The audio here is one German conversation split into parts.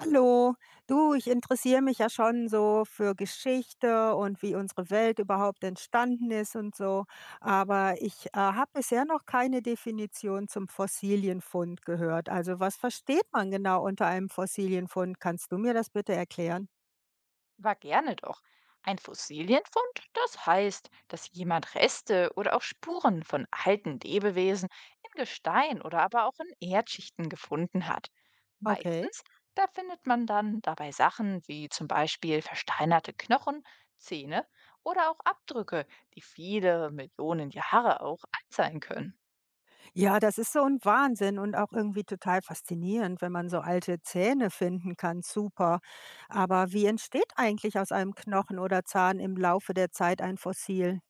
Hallo, du, ich interessiere mich ja schon so für Geschichte und wie unsere Welt überhaupt entstanden ist und so, aber ich habe bisher noch keine Definition zum Fossilienfund gehört. Also was versteht man genau unter einem Fossilienfund? Kannst du mir das bitte erklären? War gerne doch. Ein Fossilienfund, das heißt, dass jemand Reste oder auch Spuren von alten Lebewesen in Gestein oder aber auch in Erdschichten gefunden hat. Okay. Meistens, da findet man dann dabei Sachen wie zum Beispiel versteinerte Knochen, Zähne oder auch Abdrücke, die viele Millionen Jahre auch alt sein können. Ja, das ist so ein Wahnsinn und auch irgendwie total faszinierend, wenn man so alte Zähne finden kann, super. Aber wie entsteht eigentlich aus einem Knochen oder Zahn im Laufe der Zeit ein Fossil?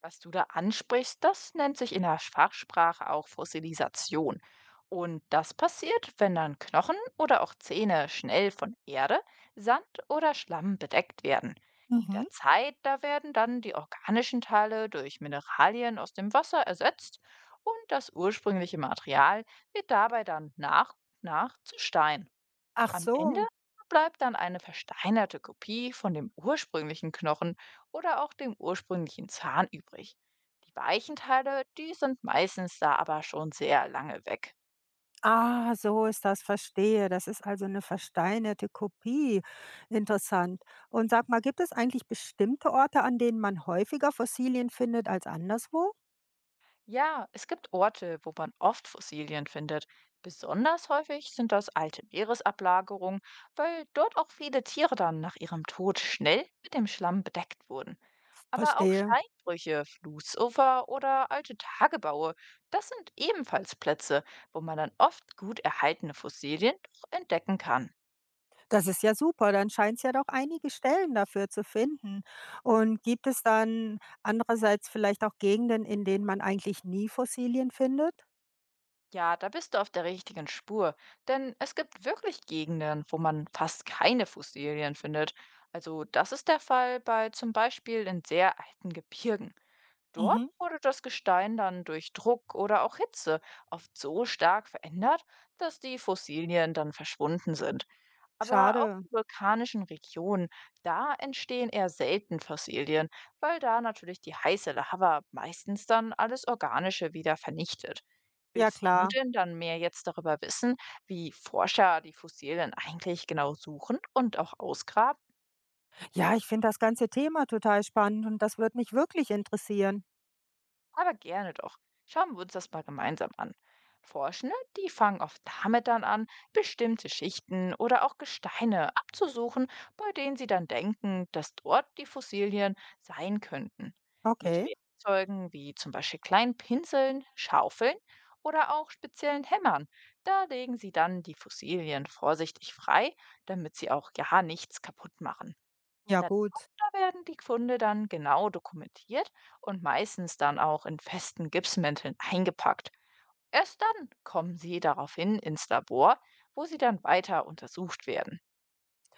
Was du da ansprichst, das nennt sich in der Fachsprache auch Fossilisation. Und das passiert, wenn dann Knochen oder auch Zähne schnell von Erde, Sand oder Schlamm bedeckt werden. Mit Mhm. der Zeit, da werden dann die organischen Teile durch Mineralien aus dem Wasser ersetzt und das ursprüngliche Material wird dabei dann nach und nach zu Stein. Ach Am Ende so. bleibt dann eine versteinerte Kopie von dem ursprünglichen Knochen oder auch dem ursprünglichen Zahn übrig. Die weichen Teile, die sind meistens da aber schon sehr lange weg. Ah, so ist das, verstehe. Das ist also eine versteinerte Kopie. Interessant. Und sag mal, gibt es eigentlich bestimmte Orte, an denen man häufiger Fossilien findet als anderswo? Ja, es gibt Orte, wo man oft Fossilien findet. Besonders häufig sind das alte Meeresablagerungen, weil dort auch viele Tiere dann nach ihrem Tod schnell mit dem Schlamm bedeckt wurden. Aber auch Verstehe. Steinbrüche, Flussufer oder alte Tagebaue, das sind ebenfalls Plätze, wo man dann oft gut erhaltene Fossilien doch entdecken kann. Das ist ja super, dann scheint es ja doch einige Stellen dafür zu finden. Und gibt es dann andererseits vielleicht auch Gegenden, in denen man eigentlich nie Fossilien findet? Ja, da bist du auf der richtigen Spur, denn es gibt wirklich Gegenden, wo man fast keine Fossilien findet. Also das ist der Fall bei zum Beispiel in sehr alten Gebirgen. Dort Mhm. wurde das Gestein dann durch Druck oder auch Hitze oft so stark verändert, dass die Fossilien dann verschwunden sind. Aber auch Schade. in vulkanischen Regionen, da entstehen eher selten Fossilien, weil da natürlich die heiße Lava meistens dann alles Organische wieder vernichtet. Ja Willst du klar. denn dann mehr jetzt darüber wissen, wie Forscher die Fossilien eigentlich genau suchen und auch ausgraben? Ja, ich finde das ganze Thema total spannend und das wird mich wirklich interessieren. Aber gerne doch. Schauen wir uns das mal gemeinsam an. Forschende, die fangen oft damit dann an, bestimmte Schichten oder auch Gesteine abzusuchen, bei denen sie dann denken, dass dort die Fossilien sein könnten. Mit Okay, Werkzeugen wie zum Beispiel kleinen Pinseln, Schaufeln oder auch speziellen Hämmern. Da legen sie dann die Fossilien vorsichtig frei, damit sie auch ja nichts kaputt machen. ja gut. Da werden die Funde dann genau dokumentiert und meistens dann auch in festen Gipsmänteln eingepackt. Erst dann kommen sie daraufhin ins Labor, wo sie dann weiter untersucht werden.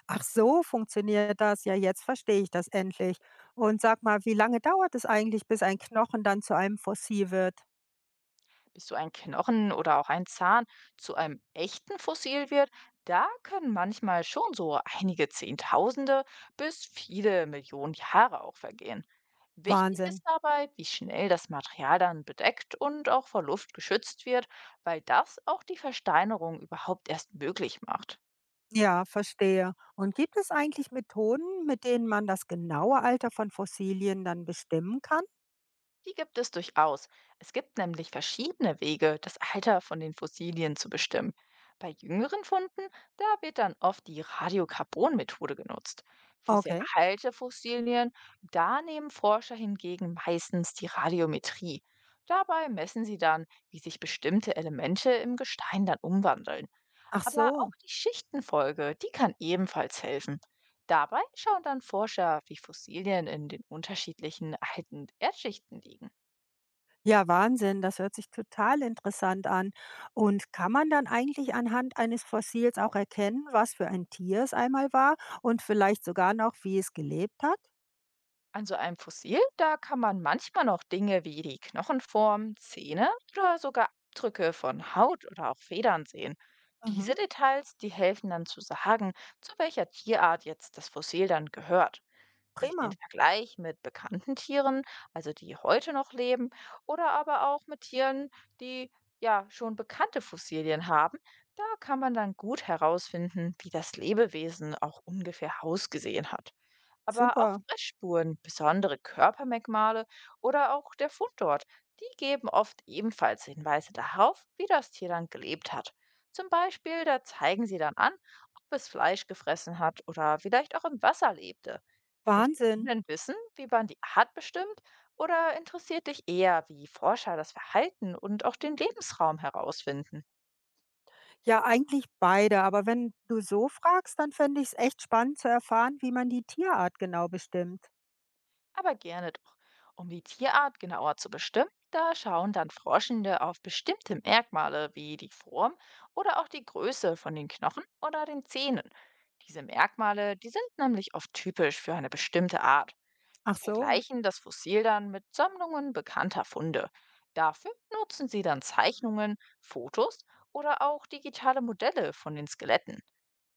Ach so, funktioniert das. Ja, jetzt verstehe ich das endlich. Und sag mal, wie lange dauert es eigentlich, bis ein Knochen dann zu einem Fossil wird? Bis so ein Knochen oder auch ein Zahn zu einem echten Fossil wird, da können manchmal schon so einige Zehntausende bis viele Millionen Jahre auch vergehen. Wichtig Wahnsinn. ist dabei, wie schnell das Material dann bedeckt und auch vor Luft geschützt wird, weil das auch die Versteinerung überhaupt erst möglich macht. Ja, verstehe. Und gibt es eigentlich Methoden, mit denen man das genaue Alter von Fossilien dann bestimmen kann? Die gibt es durchaus. Es gibt nämlich verschiedene Wege, das Alter von den Fossilien zu bestimmen. Bei jüngeren Funden, da wird dann oft die Radiokarbonmethode genutzt. Für sehr Okay. alte Fossilien, da nehmen Forscher hingegen meistens die Radiometrie. Dabei messen sie dann, wie sich bestimmte Elemente im Gestein dann umwandeln. Ach Aber auch so. die Schichtenfolge, die kann ebenfalls helfen. Dabei schauen dann Forscher, wie Fossilien in den unterschiedlichen alten Erdschichten liegen. Ja, Wahnsinn. Das hört sich total interessant an. Und kann man dann eigentlich anhand eines Fossils auch erkennen, was für ein Tier es einmal war und vielleicht sogar noch, wie es gelebt hat? An so einem Fossil, da kann man manchmal noch Dinge wie die Knochenform, Zähne oder sogar Abdrücke von Haut oder auch Federn sehen. Diese Mhm. Details, die helfen dann zu sagen, zu welcher Tierart jetzt das Fossil dann gehört. Durch den Prima. Vergleich mit bekannten Tieren, also die heute noch leben, oder aber auch mit Tieren, die ja schon bekannte Fossilien haben, da kann man dann gut herausfinden, wie das Lebewesen auch ungefähr ausgesehen hat. Aber auch Super. Fressspuren, besondere Körpermerkmale oder auch der Fundort, die geben oft ebenfalls Hinweise darauf, wie das Tier dann gelebt hat. Zum Beispiel, da zeigen sie dann an, ob es Fleisch gefressen hat oder vielleicht auch im Wasser lebte. Möchtest du Wahnsinn. denn wissen, wie man die Art bestimmt? Oder interessiert dich eher, wie Forscher das Verhalten und auch den Lebensraum herausfinden? Ja, eigentlich beide. Aber wenn du so fragst, dann fände ich es echt spannend zu erfahren, wie man die Tierart genau bestimmt. Aber gerne doch. Um die Tierart genauer zu bestimmen, da schauen dann Forschende auf bestimmte Merkmale wie die Form oder auch die Größe von den Knochen oder den Zähnen. Diese Merkmale, die sind nämlich oft typisch für eine bestimmte Art. Ach Sie so. vergleichen das Fossil dann mit Sammlungen bekannter Funde. Dafür nutzen sie dann Zeichnungen, Fotos oder auch digitale Modelle von den Skeletten.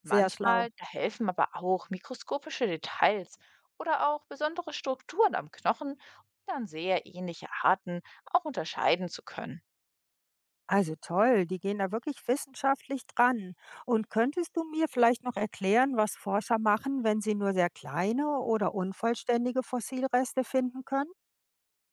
Sehr schlau. Manchmal, da helfen aber auch mikroskopische Details oder auch besondere Strukturen am Knochen, um dann sehr ähnliche Arten auch unterscheiden zu können. Also toll, die gehen da wirklich wissenschaftlich dran. Und könntest du mir vielleicht noch erklären, was Forscher machen, wenn sie nur sehr kleine oder unvollständige Fossilreste finden können?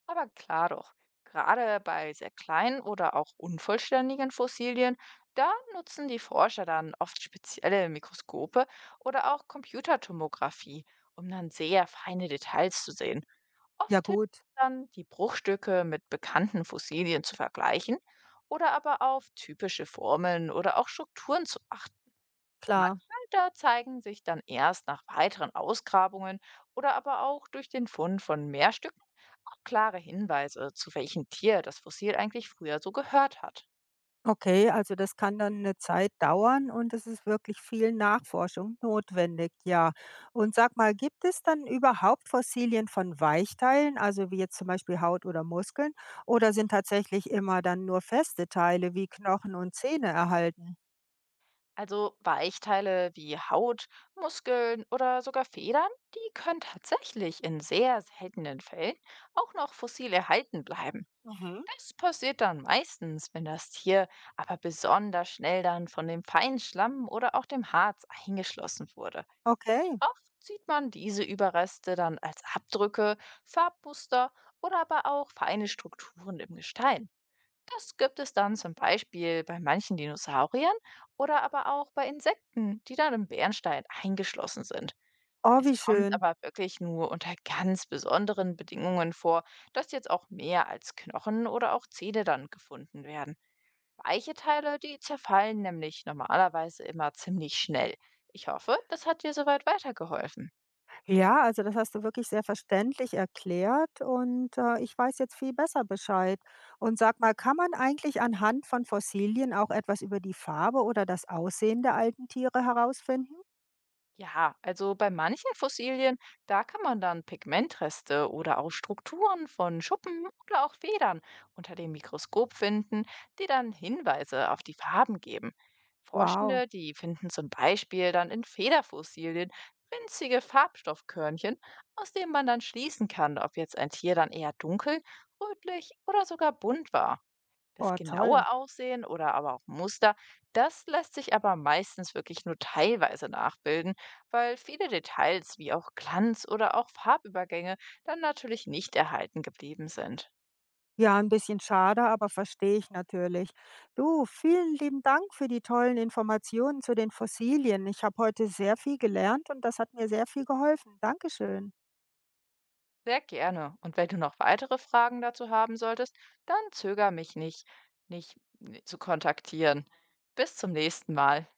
Aber klar doch, gerade bei sehr kleinen oder auch unvollständigen Fossilien, da nutzen die Forscher dann oft spezielle Mikroskope oder auch Computertomographie, um dann sehr feine Details zu sehen. Ja Oft hilft gut, es dann, die Bruchstücke mit bekannten Fossilien zu vergleichen oder aber auf typische Formeln oder auch Strukturen zu achten. klar. Manchmal da zeigen sich dann erst nach weiteren Ausgrabungen oder aber auch durch den Fund von mehr Stücken auch klare Hinweise, zu welchem Tier das Fossil eigentlich früher so gehört hat. Okay, also das kann dann eine Zeit dauern und es ist wirklich viel Nachforschung notwendig, ja. Und sag mal, gibt es dann überhaupt Fossilien von Weichteilen, also wie jetzt zum Beispiel Haut oder Muskeln, oder sind tatsächlich immer dann nur feste Teile wie Knochen und Zähne erhalten? Also Weichteile wie Haut, Muskeln oder sogar Federn, die können tatsächlich in sehr seltenen Fällen auch noch fossil erhalten bleiben. Mhm. Das passiert dann meistens, wenn das Tier aber besonders schnell dann von dem feinen Schlamm oder auch dem Harz eingeschlossen wurde. Okay. Oft sieht man diese Überreste dann als Abdrücke, Farbmuster oder aber auch feine Strukturen im Gestein. Das gibt es dann zum Beispiel bei manchen Dinosauriern oder aber auch bei Insekten, die dann im Bernstein eingeschlossen sind. Oh, Es wie kommt schön. aber wirklich nur unter ganz besonderen Bedingungen vor, dass jetzt auch mehr als Knochen oder auch Zähne dann gefunden werden. Weiche Teile, die zerfallen nämlich normalerweise immer ziemlich schnell. Ich hoffe, das hat dir soweit weitergeholfen. Ja, also das hast du wirklich sehr verständlich erklärt und ich weiß jetzt viel besser Bescheid. Und sag mal, kann man eigentlich anhand von Fossilien auch etwas über die Farbe oder das Aussehen der alten Tiere herausfinden? Ja, also bei manchen Fossilien, da kann man dann Pigmentreste oder auch Strukturen von Schuppen oder auch Federn unter dem Mikroskop finden, die dann Hinweise auf die Farben geben. Wow, Forschende, die finden zum Beispiel dann in Federfossilien winzige Farbstoffkörnchen, aus denen man dann schließen kann, ob jetzt ein Tier dann eher dunkel, rötlich oder sogar bunt war. Das oh toll. genaue Aussehen oder aber auch Muster, das lässt sich aber meistens wirklich nur teilweise nachbilden, weil viele Details wie auch Glanz oder auch Farbübergänge dann natürlich nicht erhalten geblieben sind. Ja, ein bisschen schade, aber verstehe ich natürlich. Du, vielen lieben Dank für die tollen Informationen zu den Fossilien. Ich habe heute sehr viel gelernt und das hat mir sehr viel geholfen. Dankeschön. Sehr gerne. Und wenn du noch weitere Fragen dazu haben solltest, dann zöger mich nicht, mich zu kontaktieren. Bis zum nächsten Mal.